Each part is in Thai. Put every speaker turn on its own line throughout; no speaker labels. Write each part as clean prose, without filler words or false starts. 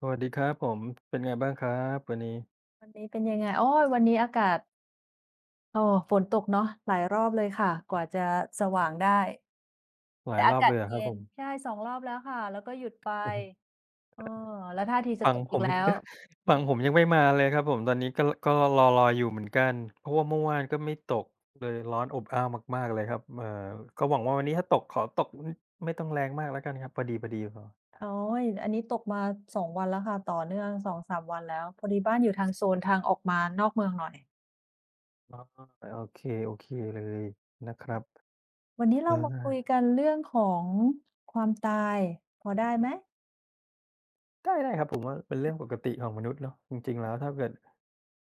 สวัสดีครับผมเป็นไงบ้างครับวันนี้
วันนี้เป็นยังไงโอ้ยวันนี้อากาศโอ้ฝนตกเนาะหลายรอบเลยค่ะ กว่าจะสว่างได้
หลา
แต่
ยร
อา
อบ
กา
เล
ศ
ยเหรอครับ
เย็
ผ
น
ม
ใช่2รอบแล้วค่ะแล้วก็หยุดไป
อือฮึ
เออแล้วท่าทีจะ
ฝั่
ต
ง
ก
ผ
อีก
ม
แล้ว
ฝั่งผมยังไม่มาเลยครับผมตอนนี้ก็รออยู่เหมือนกันเพราะว่าเมื่อวานก็ไม่ตกเลยร้อนอบอ้าวมากๆเลยครับก็หวังว่าวันนี้ถ้าตกขอตกอืมไม่ต้องแรงมากแล้วกันครับพอดีๆพอ
โอ๊ยอันนี้ตกมา2วันแล้วค่ะต่อเนื่องสองสามวันแล้วพอดีบ้านอยู่ทางโซนทางออกมานอกเมืองหน่อย
อ๋อโอเคโอเคเลยนะครับ
วันนี้เรามาคุ
เออ
ยกันเรื่องของความตายพอได้ไหม
ได้ได้ครับผมว่าเป็นเรื่องปกติของมนุษย์เนาะจริงๆแล้วถ้าเกิด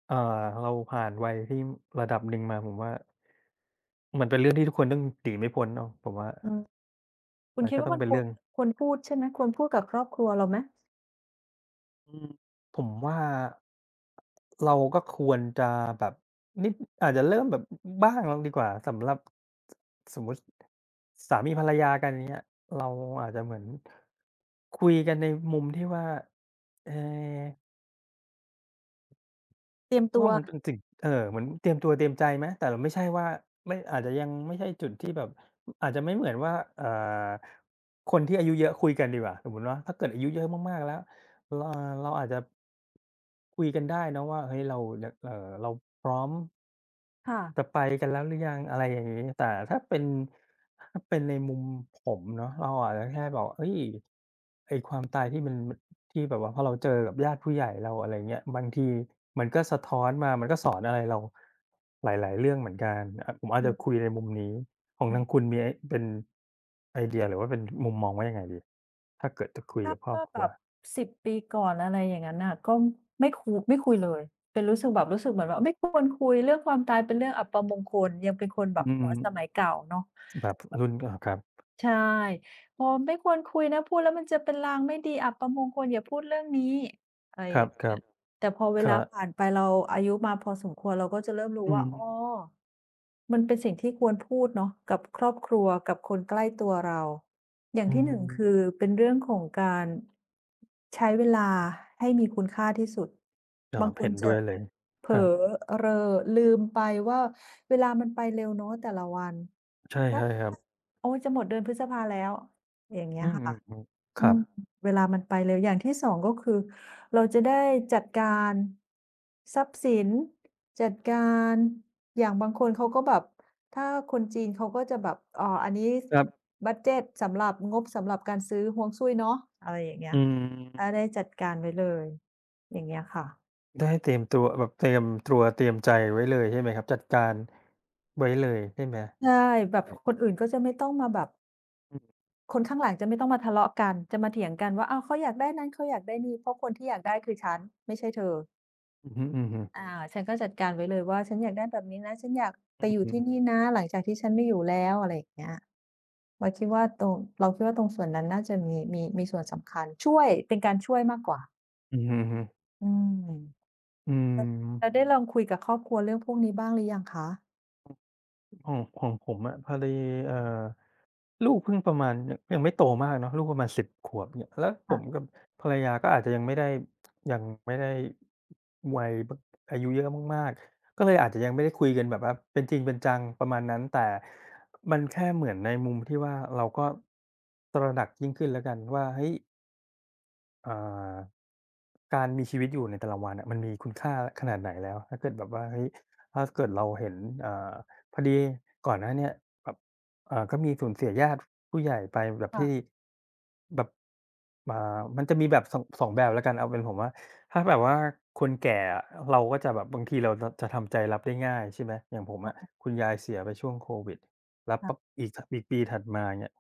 เอ่อเราผ่านวัยที่ระดับหนึ่งมาผมว่า มันเป็นเรื่องที่ทุกคนต้องหนีไม่พ้นเนาะผมว่า
อืมคุณ
มัน
คิด
ก็ต้
ว่า
อง
มัน
เป็น
คว
เรื่
ร
อง
พูดใช่ไหม ควรพูดกับครอบครัวเราไหม
อืมผมว่าเราก็ควรจะแบบนิดอาจจะเริ่มแบบอบ้างดีกว่าสำหรับสมมุติสามีภรรยากันอย่างเงี้ยเราอาจจะเหมือนคุยกันในมุมที่ว่าเอ่อ
เตรียมตั
ว่า
ว
มันเป็นสิ่งเหมือนเตรียมตัวเตรียมใจไหมแต่เราไม่ใช่ว่าไม่อาจจะยังไม่ใช่จุดที่แบบอาจจะไม่เหมือนว่าคนที่อายุเยอะคุยกันดีกว่าสมมุติว่าถ้าเกิดอายุเยอะมากๆแล้วเราเราอาจจะคุยกันได้เนาะว่าเฮ้ยเรายเอ่อเราพร้อม จะ
ค่ะ
ไปกันแล้วหรือยังอะไรอย่างงี้แต่ถ้าเป็นถ้าเป็นในมุมผมเนาะเราอาจจะแค่บอกเฮ้ยไอ้ความตายที่มันที่แบบว่าพอเราเจอกับญาติผู้ใหญ่เราอะไรเงี้ยบางทีมันก็สะท้อนมา มันก็สอนอะไรเราหลายๆเรื่องเหมือนกันอะผมอาจ
อื
จะคุย
ม
ในมุมนี้ของทางคุณมีไอ้เป็นไอเดียหรือว่าเป็นมุมมองว่ายังไงดีถ้าเกิดจะคุย
ถ้า
กับครอบ
เมื่อ
ครั
แบ
ว
บ1บปีก่อนอะไรอย่างงั้นน่ะก็ไม่คุยเลยเป็นรู้สึกแบบรู้สึกเหมือนว่าไม่ควรคุยเรื่องความตายเป็นเรื่องอัปมงคลยังเป็นคนแบบ
อืม
หัวสมัยเก่าเนาะ
แบบรุ่นอาครับ
ใช่โอ้ไม่ควรคุยนะพูดแล้วมันจะเป็นลางไม่ดีอัปมงคลอย่าพูดเรื่องนี้อะไร
ค
อ
รั
ย่า
บ
ง
ๆ
เงี้ยแต่พอเว
ค
ลา
รับ
ผ่านไปเราอายุมาพอสมควรเราก็จะเริ่มรู้
อื
ว่าอ้อ
ม
มันเป็นสิ่งที่ควรพูดเนาะกับครอบครัวกับคนใกล้ตัวเราอย่าง
อื
ที่หนึ่งคื
ม
อเป็นเรื่องของการใช้เวลาให้มีคุณค่าที่สุด
ครั
บาง
บ
ค
เห็
น
นด้
จะ
วยเลย
เผ
ค
ลอ
รับ
เรอลืมไปว่าเวลามันไปเร็วเนาะแต่ละวัน
ใช่
แป๊บ
ใช่ครับ
โอ๊ยจะหมดเดือนพฤษภาแล้วอย่างเงี้
อื
ยค่ะ
มๆๆค
อื
รับ
มเวลามันไปเร็วอย่างที่สองก็คือเราจะได้จัดการทรัพย์สินจัดการอย่างบางคนเขาก็แบบถ้าคนจีนเขาก็จะแบบอันนี้
ครับ
ับบัดเจตสำหรับงบสำหรับการซื้อฮวงซุ้ยเนาะอะไรอย่างเงี้
อื
ยค่ะอา
ม
ได้จัดการไว้เลยอย่างเงี้ยค่ะ
ได้เตรียมตัวแบบเตรียมตัวเตรียมใจไว้เลยใช่ไหมครับจัดการไว้เลยใช่ไหม
ใช่แบบคนอื่นก็จะไม่ต้องมาแบบ
อื่
คนข้างหลังจะไม่ต้องมาทะเลาะกันจะมาเถียงกันว่าอ้าวเขาอยากได้นั้นเขาอยากได้นี่เพราะคนที่อยากได้คือฉันไม่ใช่เธอ
อืมอือฮึ
อ่าฉันก็จัดการไว้เลยว่าฉันอยากได้แบบนี้นะฉันอยาก
อื
ไปอ
อ
ยู่
ฮึ
ที่นี่นะหลังจากที่ฉันไม่อยู่แล้วอะไรอย่างเงี้ยเราคิดว่าตรงเราคิดว่าตรงส่วนนั้นน่าจะมีส่วนสำคัญช่วยเป็นการช่วยมากกว่า
อือฮึๆ
อืม
อื
แล้ว
ม
ได้ลองคุยกับครอบครัวเรื่องพวกนี้บ้างหรือยังคะ
ของผมอะพอดีเอ่อ ลูกเพิ่งประมาณยงยังไม่โตมากเนาะลูกประมาณ10ขวบเนี่ยแล้วผ
ค่ะ
มกับภรรยาก็อาจจะยังไม่ได้วัยบอายุเยอะมากๆก็เลยอาจจะยังไม่ได้คุยกันแบบว่าเป็นจริงเป็นจังประมาณนั้นแต่มันแค่เหมือนในมุมที่ว่าเราก็ตระหนักยิ่งขึ้นแล้วกันว่าเฮ้ย อ่าการมีชีวิตอยู่ในแต่ละวันอะมันมีคุณค่าขนาดไหนแล้วถ้าเกิดแบบว่าเฮ้ยถ้าเกิดเราเห็นอ่าพอดีก่อนหน้าเนี้ยแบบอ่าก็มีสูญเสียญาติผู้ใหญ่ไปแบบที่
ค่ะ
แบบอ่ามันจะมีแบบสองแบบแล้วกันเอาเป็นผมว่าถ้าแบบว่าคนแก่อะเราก็จะแบบบางทีเราจะทำใจรับได้ง่ายใช่ไหมอย่างผมอะคุณยายเสียไปช่วงโควิดแล้วปั๊บ
ค่ะ
อีกถอีกปีถัดมาอย่างเงี้ย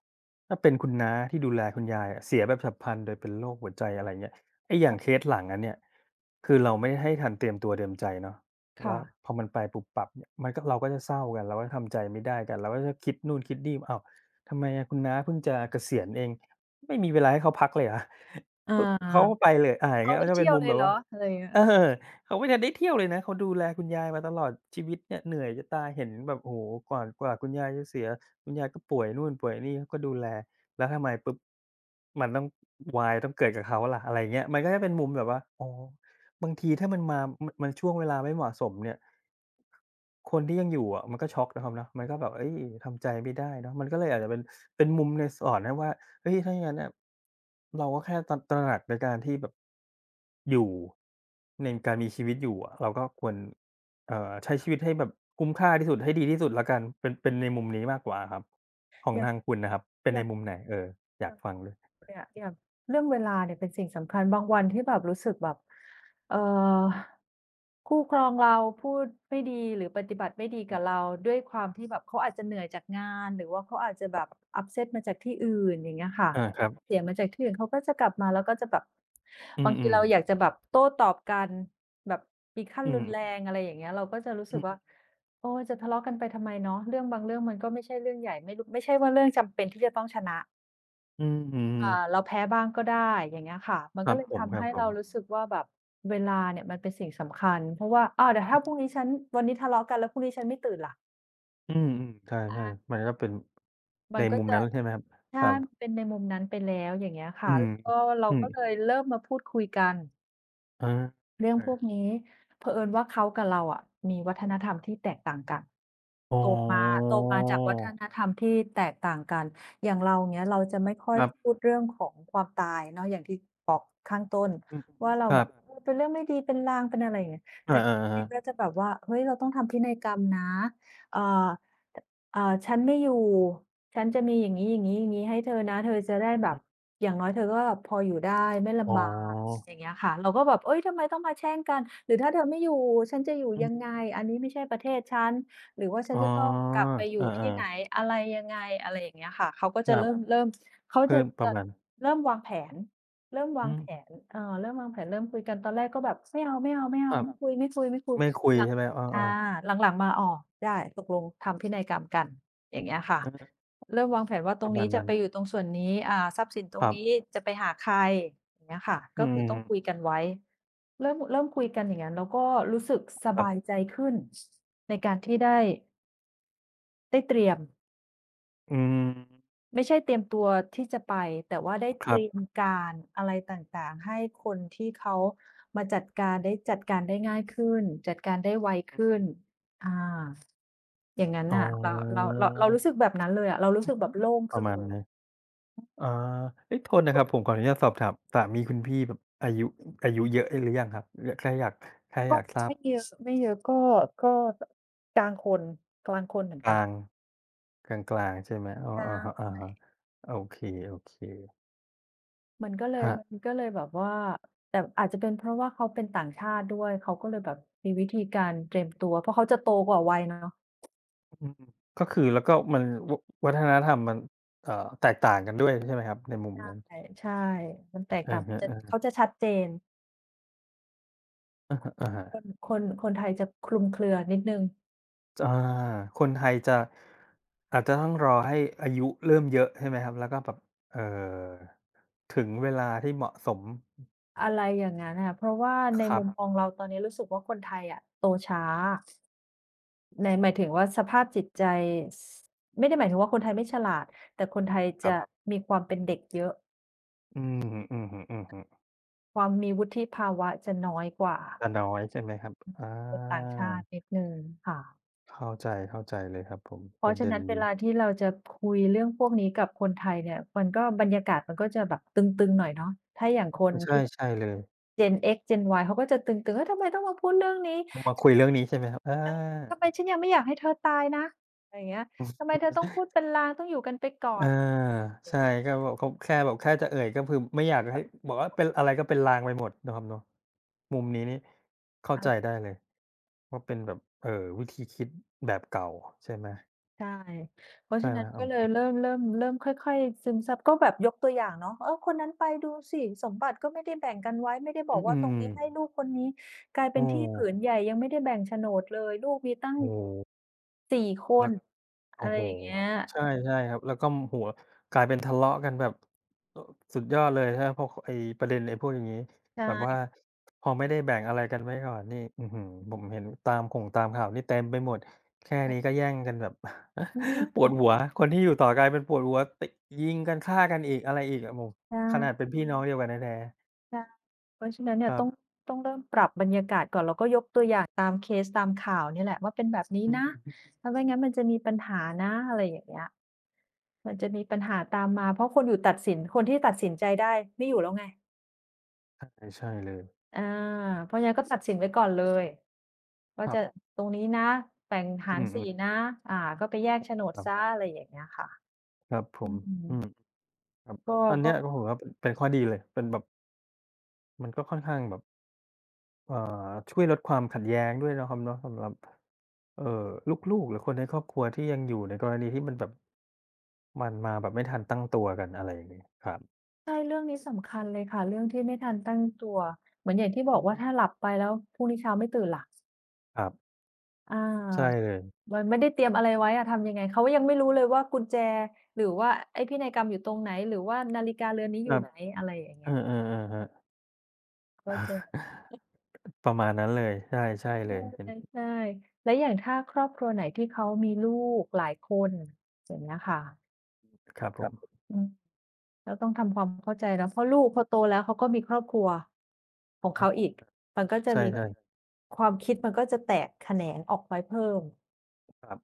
ถ้าเป็นคุณน้าที่ดูแลคุณยายอะเสียแบบฉับพลันโดยเป็นโรคหัวใจอะไรเงี้ยไอ้อย่างเคสหลังนั้นเนี่ยคือเราไม่ให้ทันเตรียมตัวเตรียมใจเนาะแล้
ค่ะ
วพอมันไปปุบปับเนี่ยมันก็เราก็จะเศร้ากันเราก็ทำใจไม่ได้กันเราก็จะคิดนู่นคิดนี่อ้าวทำไมอะคุณน้าเพิ่งจะเกษียณเองไม่มีเวลาให้เขาพักเลยเหรอ
อา
ปุ๊บเขาก็ไปเลยอ่าอย่าง
เขา
เงี้ย
ได้
ก็จะเป็
เที่
น
ยว
มุม
เล
แบ
ย
บ
เหร
ว่า
ออะไรอย่างเงี้ย
เออเขาไม่ทันได้เที่ยวเลยนะเขาดูแลคุณยายมาตลอดชีวิตเนี่ยเหนื่อยจะตายเห็นแบบโอ้โฮกว่าคุณยายจะเสีย คุณยายก็ป่วยนู่นป่วยนี่เขาก็ดูแลแล้วทำไมปุ๊บมันต้องวายต้องเกิดกับเขาล่ะอะไรอย่างเงี้ยมันก็จะเป็นมุมแบบว่าอ๋อบางทีถ้ามันมามันมันช่วงเวลาไม่เหมาะสมเนี่ยคนที่ยังอยู่อะมันก็ช็อกนะครับเนาะมันก็แบบเฮ้ยทำใจไม่ได้เนาะมันก็เลยอาจจะเป็นเป็นมุมในสอนให้ว่าเฮ้ยถ้าอย่างงั้นน่ะเราก็แค่ตระตระหนักในการที่แบบอยู่ในการมีชีวิตอยู่อะเราก็ควร เอ่อใช้ชีวิตให้แบบคุ้มค่าที่สุดให้ดีที่สุดแล้วกันเป็นในมุมนี้มากกว่าอะครับของ
อย่าง
ทางคุณน่ะครับเป็น
อ
ใน
ย่าง
มุมไหนเอ่ยอ
อ
ยา
ย่า
ก
ง
ฟังเลย
เนี่ยอย่างเรื่องเวลาเนี่ยเป็นสิ่งสำคัญบางวันที่แบบรู้สึกแบบเอ่อ คู่ครองเราพูดไม่ดีหรือปฏิบัติไม่ดี
อื
กับ
ม
เราด้วยความที่แบบเขาอาจจะเหนื่อยจากงานหรือว่าเขาอาจจะแบบ upset มาจากที่อื่นอย่างเงี้ยค่ะ
อาครับ
เสียมาจากที่อื่นเขาก็จะกลับมาแล้วก็จะแบบ
อื
บางที
ม
เราอยาก
ๆ
จะแบบโต้ตอบกันแบบมีขั้น
อื
รุ
ม
นแรงอะไรอย่างเงี้ยเราก็จะรู้
อื
สึกว่าโอ๊ยจะทะเลาะกันไปทำไมเนาะเรื่องบางเรื่องมันก็ไม่ใช่เรื่องใหญ่ไม่รู้ไม่ใช่ว่าเรื่องจำเป็นที่จะต้องชนะ
มอืม
อ่า
ๆ
เราแพ้บ้างก็ได้อย่างเงี้ยค่ะมัน
ค
ก็
รับ
เลย
ผมค
ทำ
รับ
ให้
ผม
เรารู้สึกว่าแบบเวลาเนี่ยมันเป็นสิ่งสำคัญเพราะว่าอ้าวแต่
อื
ถ้าพรุ่ง
ม
นี้ฉันวันนี้ทะเลาะกันแล้วพรุ่งนี้ฉันไม่ตื่นล่ะ
อืมๆใช่
อา
ๆมันก็เป็นใน
มันก็
มุม
จะ
นั้นใช่ไหมครับค
ใช่
รับ
เป็นในมุมนั้นไปแล้วอย่างเงี้ย
อื
ค่ะ
ม
แล้วก็เรา
อืม
ก็เลยเริ่มมาพูดคุยกัน
อา
เรื่อง
อา
พวกนี้เผอิญว่าเขากับเราอะมีวัฒนธรรมที่แตกต่างกัน
อ๋
โตมา
อ
โตมาจากวัฒนธรรมที่แตกต่างกันอย่างเราอย่างเงี้ยเราจะไม่ค่อ
ค
ย
รั
พูด
บ
เรื่องของความตายเนาะอย่างที่บอกข้างต้น
อืม
ว่าเรา
ครั
แบ
บ
บเออเป็นเรื่องไม่ดีเป็นลางเป็นอะไรอย่างเงี้ย
อา
แต่เขาเนี่ยก็
ๆๆ
จะแบบว่าเฮ้ยเราต้องทำพินัยกรรมนะเอ่อตเอ่อฉันไม่อยู่ฉันจะมีอย่างงี้ๆๆให้เธอนะเธอจะได้แบ
ค
บ
รับอืม
อย่างน้อยเธอก็แบบพออยู่ได้ไม่
อ๋
ลำบาก
อ
อย่างเงี้ยค่ะเราก็แบบเฮ้ยทำไมต้องมาแช่งกันหรือถ้าเธอไม่อยู่ฉันจะอยู่
อื
ยัง
ม
ไงอันนี้ไม่ใช่ประเทศฉัน หรือว่าฉั
อ๋
น
อ
จะต้องกลับไปอ
อา
ยู่ที่
ๆ
ไหนอะไรยังไงอะไรอย่างเงี้ยค่ะเขาก็
ค
จะ
รับ
เริ่มเขาจะ
เพิ่มประ
จะ
มาณ
เริ่มวางแผนเริ่มวา
อื
ง
ม
แผนเริ่มวางแผนเริ่มคุยกันตอนแรกก็แบบไม่เอาๆๆไ
ครับ
ม่คุยๆๆ
ไม่คุย
หลัง
ใช่ไหมเอ
อา
อๆ
หลังๆมาอ๋อได้ตกลงทำพินัยกรรมกันอย่างเงี้ยค่ะ
เออ
เริ่มวางแผนว่าต
ป
ร
ระ
ง
มาณ
นี้จะ
นั้น
ไปอยู่ตรงส่วนนี้ทรัพย์สินตร
ค
ง
รั
นี้
บ
จะไปหาใครอย่างเงี้ยค่ะ
อื
ก็คือต้องคุย
ม
กันไว้เริ่มคุยกันอย่างงั้นแล้วก็รู้สึกส
ครั
บาย
บ
ใจขึ้นในการที่ได้ ได้เตรียม
อืม
ไม่ใช่เตรียมตัวที่จะไปแต่ว่าได้
ค
เต
รับ
รียมการอะไรต่างๆให้คนที่เขามาจัดการได้จัดการได้ง่ายขึ้นจัดการได้ไวขึ้นอาอย่างงั้น
อ๋
น่ะเราเรา
อ
เราเรารู้สึกแบบนั้นเลยอะเรารู้สึกแบบโล่ง
ป
ขึ้
ระ
น
มาณ
เลย
นั้นอาเอ๊ะโทษนะครับผมขออนุญาตสอบถามสามีคุณพี่แบบอายุอายุเยอะหรือยังครับอแค่อยากแค่อ
ก็
ยากทราบ
ไม่เยอะไม่เยอะก็กลางคนกลางคนเหมือน
ก
กัน
ลางกลางๆใช่ไหมอ๋อ
ใช
อะฮะ
่
ๆโอเค
มันก็เล
ๆค
ย
รับ
มันก็เลยแบบว่าแต่อาจจะเป็นเพราะว่าเขาเป็นต่างชาติด้วยเขาก็เลยแบบมีวิธีการเตรียมตัวเพราะเขาจะโตกว่าวัยเนาะ
อืมก็คือแล้วก็มันววัฒนธรรมมันเอ่อแตกต่างกันด้วยใช่ไหมครับในมุมนั้น
ใช่ใช่มันแตก
อะ
ต่างจะ
ฮะ
เขาจะชัดเจน
ๆอะฮะ
คน
ๆ
คนคนไทยจะคลุมเครือนิดหนึ่ง
อาคนไทยจะอาจจะต้องรอให้อายุเริ่มเยอะใช่ไหมครับแล้วก็แบบเอ่อถึงเวลาที่เหมาะสม
อะไรอย่างงั้นน่ะเพราะว่าใน
ครับ
มุมมองเราตอนนี้รู้สึกว่าคนไทยอะโตช้าในหมายถึงว่าสภาพจิตใจสไม่ได้หมายถึงว่าคนไทยไม่ฉลาดแต่คนไทย
ครั
จะ
บ
มีความเป็นเด็กเยอะ
อือฮึอๆ
ความมีวุฒิภาวะจะน้อยกว่า
ๆจะน้อยใช่ไหมครับอา
คนต่างชาตินิดหนึ่งค่ะ
เข้าใจเข้าใจเลยครับผม
เพ
ป
ราะ
ระ
ฉะ
เด็น
นั้นเว
นี้
ลาที่เราจะคุยเรื่องพวกนี้กับคนไทยเนี่ยมันก็บรรยากาศมันก็จะแบบตึงๆหน่อยเนาะถ้าอย่างคน
ใช่
ที่แบบ
ใช่เลย
Gen X Gen Y เขาก็จะตึงๆเฮ้ยทำไมต้องมาพูดเรื่องนี้
ต้องมาคุยเรื่องนี้ใช่ไหมครับ
ฉ
อา
ันยังทำไมฉันยังไม่อยากให้เธอตายนะอะไรอย่างเงี้ยทำไมเธอต้องพูดเป็นลางต้องอยู่กันไปก่
เอ
อ
อ
นอะไรอ
ใช่
ย่างเ
ก็แบบเขาแค่แบบแค่จะเอ่ยก็คือไม่อยากให้บอกว่าเป็นอะไรก็เป็นลางไปหมดเนาะครับเนาะมุมนี้นี่เข้า
งี้
ใจ
ย
ได้เลย ว่าเป็นแบบวิธีคิดแบบเก่าใช่ไหม
ใช่เพราะ
ใช่
ฉะ
ไหม
นั้น
เอา
ก็เล
ค
ย
รั
เริ่
บ
มเริ่มเริ่มค่อยๆซึมซับก็แบบยกตัวอย่างเนาะเออคนนั้นไปดูสิสมบัติก็ไม่ได้แบ่งกันไว้ไม่ได้บ
อื
อกว่าตรง
ม
นี้ให้
ๆ
ลูกคนนี้กลาย
เอ
เป็นที่ผืนใหญ่ยังไม่ได้แบ่งโฉนดเลยลูกมีตั้ง
โอ้โฮ
สี่ค
แล้ว
นอะ
โอ้
ไร
โฮ
อย่างเงี้ย
ใช่ใช่ครับแล้วก็หัวกลายเป็นทะเลาะกันแบบเอ่อสุดยอดเลยครับเพราะคไอ้ประเด็นไอ้พวกอย่างงี้
ใ
แบบว่า
ช่
พอไม่ได้แบ่งอะไรกันไว้ก่อนนี่อื้อฮือผมเห็นตามข่งตามข่าวนี่เต็มไปหมดแค่นี้
ค่ะ
ก็แย่งกันแบบ
อื
ปวด
ม
หัวคนที่อยู่ต่อกลายเป็นปวดหัวติยิงกันฆ่ากันอีกอะไรอีกโอ้โฮ
ใช่
ขนาดเป็นพี่น้องเดียวกันแท้ๆ
ใช่เพราะฉะนั้น
ค
เนี่ย
รั
ต้อง
บ
ต้องเริ่มปรับบรรยากาศก่อนแล้วก็ยกตัวอย่างตามเคสตามข่าวเนี่ยแหละว่าเป็นแบบนี้
อื
นะ
ม
ถ้าไม่งั้นมันจะมีปัญหานะอะไรอย่างเงี้ย มันจะมีปัญหาตามมาเพราะคนอยู่ตัดสินคนที่ตัดสินใจได้ไม่อยู่แล้วไง
ใช่ใช่เลย
อาเพราะฉะนั้นก็ตัดสินไว้ก่อนเลยว่า
ครั
จะ
บ
ตรงนี้นะแบ่ง
อื
หารสี
มๆ
นะอ่าก็ไปแยกโฉนด
ครั
เสีย
บ
อะไรอย่างเงี้ยค่ะ
ครับผ
อื
ม
ม
อืมครับ
ก็
อัน
ก็
เนี้ยก็ผมว่าเป็นข้อดีเลยเป็นแบบมันก็ค่อนข้างแบบเอ่อช่วยลดความขัดแย้งด้วยเนาะครับเนาะสำหรับเอ่อลูกๆหรือคนในครอบครัวที่ยังอยู่ในกรณีที่มันแบบมันมาแบบไม่ทันตั้งตัวกันอะไรอย่างงี้ครับ
ใช่เรื่องนี้สำคัญเลยค่ะเรื่องที่ไม่ทันตั้งตัวเหมือนอย่างที่บ
อื
อกว่า
ม
ถ้าหลับไปแล้วพรุ่งนี้เช้าไม่ตื่นล่ะ
ครับ
อา
ใช่เลย
มันไม่ได้เตรียมอะไรไว้อะทำยังไงเขายังไม่รู้เลยว่ากุญแจหรือว่าไอ้พินัยกรรมอยู่ตรงไหนหรือว่านาฬิกาเรือนนี้
ค
อ
รั
ยู่
บ
ไหนอะไรอย่าง
เอ
เงี้
อ
ย
ๆๆครับ
ก็จะ
ประมาณนั้นเลยใช่ใช่เลยเห็น
ใช่ใช่และอย่างถ้าครอบครัวไหนที่เขามีลูกหลายคนอย่างเงี้ยค่ะ
ครับผม
อืมเราต้องทำความเข้าใจเนาะเพราะลูกพอโตแล้วเขาก็มีครอบครัวของ
ครั
เขาอี
บ
กมันก็จะ
ใช่
มีใช่ๆความคิดมันก็จะแตกแขนงออกไปเพิ่ม
ๆครับ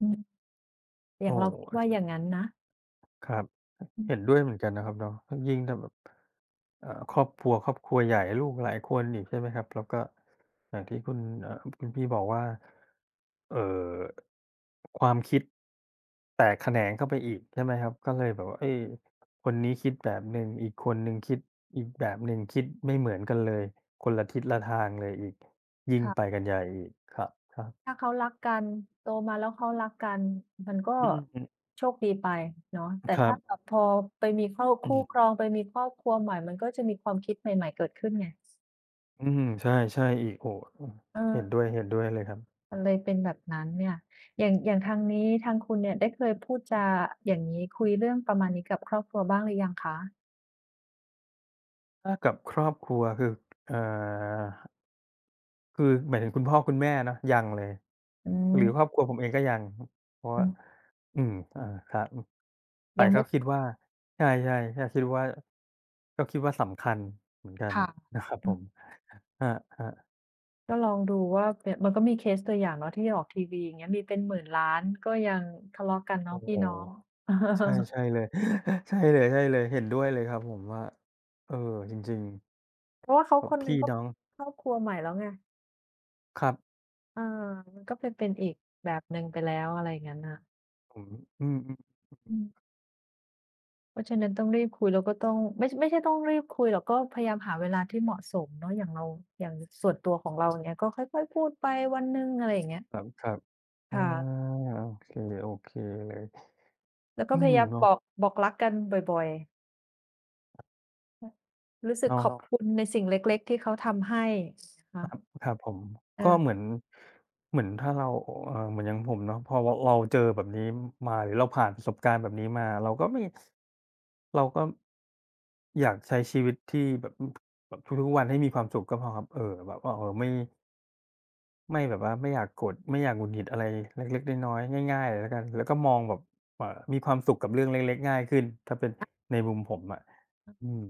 อืมอย่าง
โอ้
เราคัิด
โฮ
ว่าอย่างนั้นนะ
ครับ
อื
เห็น
ม
ด้วยเหมือนกันนะครับเนาะยิ่งถ้าแบบครอบครัวครอบครัวใหญ่ลูกหลายคนอีกใช่ไหมครับแล้วก็อย่างที่คุณคุณพี่บอกว่าเอ่อความคิดแตกแขนงเข้าไปอีกใช่ไหมครับก็เลยแบบว่าเอ๊ยคนนี้คิดแบบหนึ่งอีกคนหนึ่งคิดอีกแบบหนึ่งคิดไม่เหมือนกันเลยคนละทิศละทางเลยอีกยิ่งไป
ร
กันใหญ่อีกครับ
ค่ะถ้าเขารักกันโตมาแล้วเขารักกันมันก็
ๆอืม
โชคดีไปเนาะแต่
ครั
ถ้าแบ
บ
บพอไปมีครอบ
อื
คู่ค
ม
รองไปมีครอบครัวใหม่มันก็จะมีความคิดใหม่ๆเกิดขึ้นไง
อืมใช่ๆอีกโอ้โฮ
เออ
เห็นด้วยๆเลยครับ
มันเลยเป็นแบบนั้นเนี่ยอย่างอย่างทางนี้ทางคุณเนี่ยได้เคยพูดจาอย่างงี้คุยเรื่องประมาณนี้กับครอบครัวบ้างหรือยังคะ
ถ้ากับครอบครัวคือเอ่อคือหมายถึงคุณพ่อคุณแม่เนาะยังเลย
อื
ห
ม
รือครอบครัวผมเองก็ยังเพราะ
อื
ว่า
ม
อืมอาครับอือแต่
ยัง
ก็
ไม่
คิดว่าใช่ๆใช่คิดว่าก็คิดว่าสำคัญเหมือนกัน
ค่ะ
นะครับ
อื
ผ
ม
มครับ
ก็ลองดูว่าเปมันก็มีเคสตัวอย่างเนาะที่ออกทีวีอย่างเงี้ยมีเป็นหมื่นล้านก็ยังทะเลาะกัน
ๆ
เนาะ
โอ้โฮ
พี่น้อง
ใช่ ใช่เลยใช่เลยๆเห็นด้วยเลยครับผมว่าเออจริงๆ
เพราะว่าเขา
แบบ
คนหนึ่
พี่
งก็
น้อง
ครอบครัวใหม่แล้วไง
ครับ
เออมันก็เป็นอีกแบบหนึ่งไปแล้วอะไรอย่างงั้นน่ะ
ผมอืม
อืม เพราะฉะนั้นต้องรีบคุยแล้วก็ต้องไม่ไม่ใช่ต้องรีบคุยหรอกก็พยายามหาเวลาที่เหมาะสมเนาะอย่างส่วนตัวของเราอย่างเงี้ยก็ค่อยๆพูดไปวันหนึ่งอะไรอย่างเงี้ย
ๆครับๆอา
ค่ะ
โอเคโอเคเลย
แล้วก็
อื
พ
ม
ยายาม
เนาะ
บอกรักกันบ่อยๆอรู้สึกข
เนาะ
อบบคุณในสิ่งเล็กๆที่เขาทำให้นะคะ
ครับผมก็เหมือ
เออ
นเหมือนถ้าเราเหมือนอย่างผมเนาะพอเราเราเจอแบบนี้มาหรือเราผ่านประสบการณ์แบบนี้มาเราก็ไม่เราก็อยากใช้ชีวิตที่แบบอืมแบบทุกๆวันให้มีความสุขก็พอครับแบบว่าไม่ไม่แบบว่าไม่อยากโกรธไม่อยากหงุดหงิดอะไรเล็กๆน้อยๆง่ายๆเลยแล้วกันแล้วก็มองแบบเอ่อมีความสุขกับเรื่องเล็กๆง่ายขึ้นถ้าเป็นในมุมผมอะอืม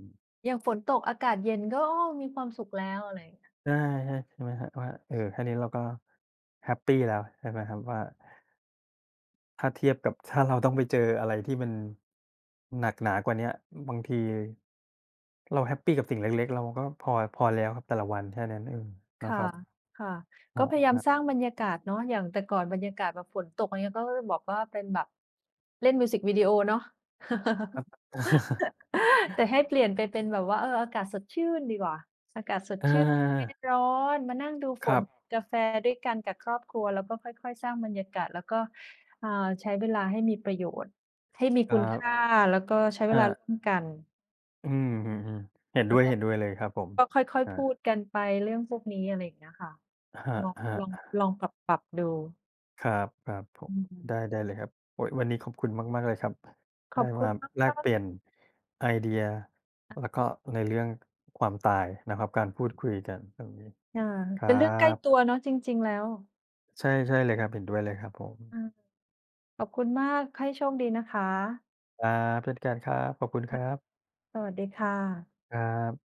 อย่างฝนตกอากาศเย็นก็อ้อมีความสุขแล้วอะไร
ใช่ๆใช่ไหมครับว่าเออแค่นี้เราก็แฮปปีแล้วใช่ไหมครับว่า ถ้าเทียบกับ ถ้าเราต้องไปเจออะไรที่มันหนักหนากว่าเนี้ยบางทีเราแฮปปีกับสิ่งเล็กๆเราก็พอพอแล้วครับแต่ละวันแค่นั้นเองนะค
ค่ะ
รับ
ค่ะ
ค
ก็พยายาม
รั
สร้าง
บ
บรรยากาศเนาะอย่างแต่ก่อนบรรยากาศแบบฝนตกอะไรเงี้ยก็บอกว่าเป็นแบบเล่นมิวสิกวิดีโอเนาะ
ๆครับ
แต่ให้เปลี่ยนไปเป็นแบบว่าเอออากาศสดชื่นดีกว่าอากาศสด
อ
ชื่นไม่
า
ร้อนมานั่งดูฝ
ครั
น
บ
กาแฟด้วยกันกับครอบครัวแล้วก็ค่อยๆสร้างบรรยากาศแล้วก็อ่าใช้เวลาให้มีประโยชน์ ให้มี
ค
คุณ
รับ
ค่า แล้วก็ใช้เว
อา
ลาร่วมกัน
อืมๆๆเห็นด้
แล้วก็
วยๆเลยครับผม
ก็ค่อย
อา
ๆพูดกันไปเรื่องพวกนี้อะไรอย่างเงี้ยค่ะ
ครั
ลองล
บ
อง
ๆ
ลองปรับๆดู
ครับครับผม
อืม
ได้ได้เลยครับโอ๊ยวันนี้ขอบคุณมากๆเลยครับ
ขอ
ได้
บคุ
มา
ณมา
แลก
ก
เปลี่ยนไอเดีย
ๆ
แล้วก็ในเรื่องความตายนะครับการพูดคุยกันตรงนี้
อา
ค
เป็น
รั
เรื่องใกล้
บ
ตัวเนาะจริงๆแล้ว
ใช่ใช่เลยครับเห็นด้วยเลยครับผม
อาขอบคุณมากให้โชคดีนะคะ
ครับเช่นกันครับขอบคุณค
ค่ะ
รับ
สวัสดีค่ะ
ครับ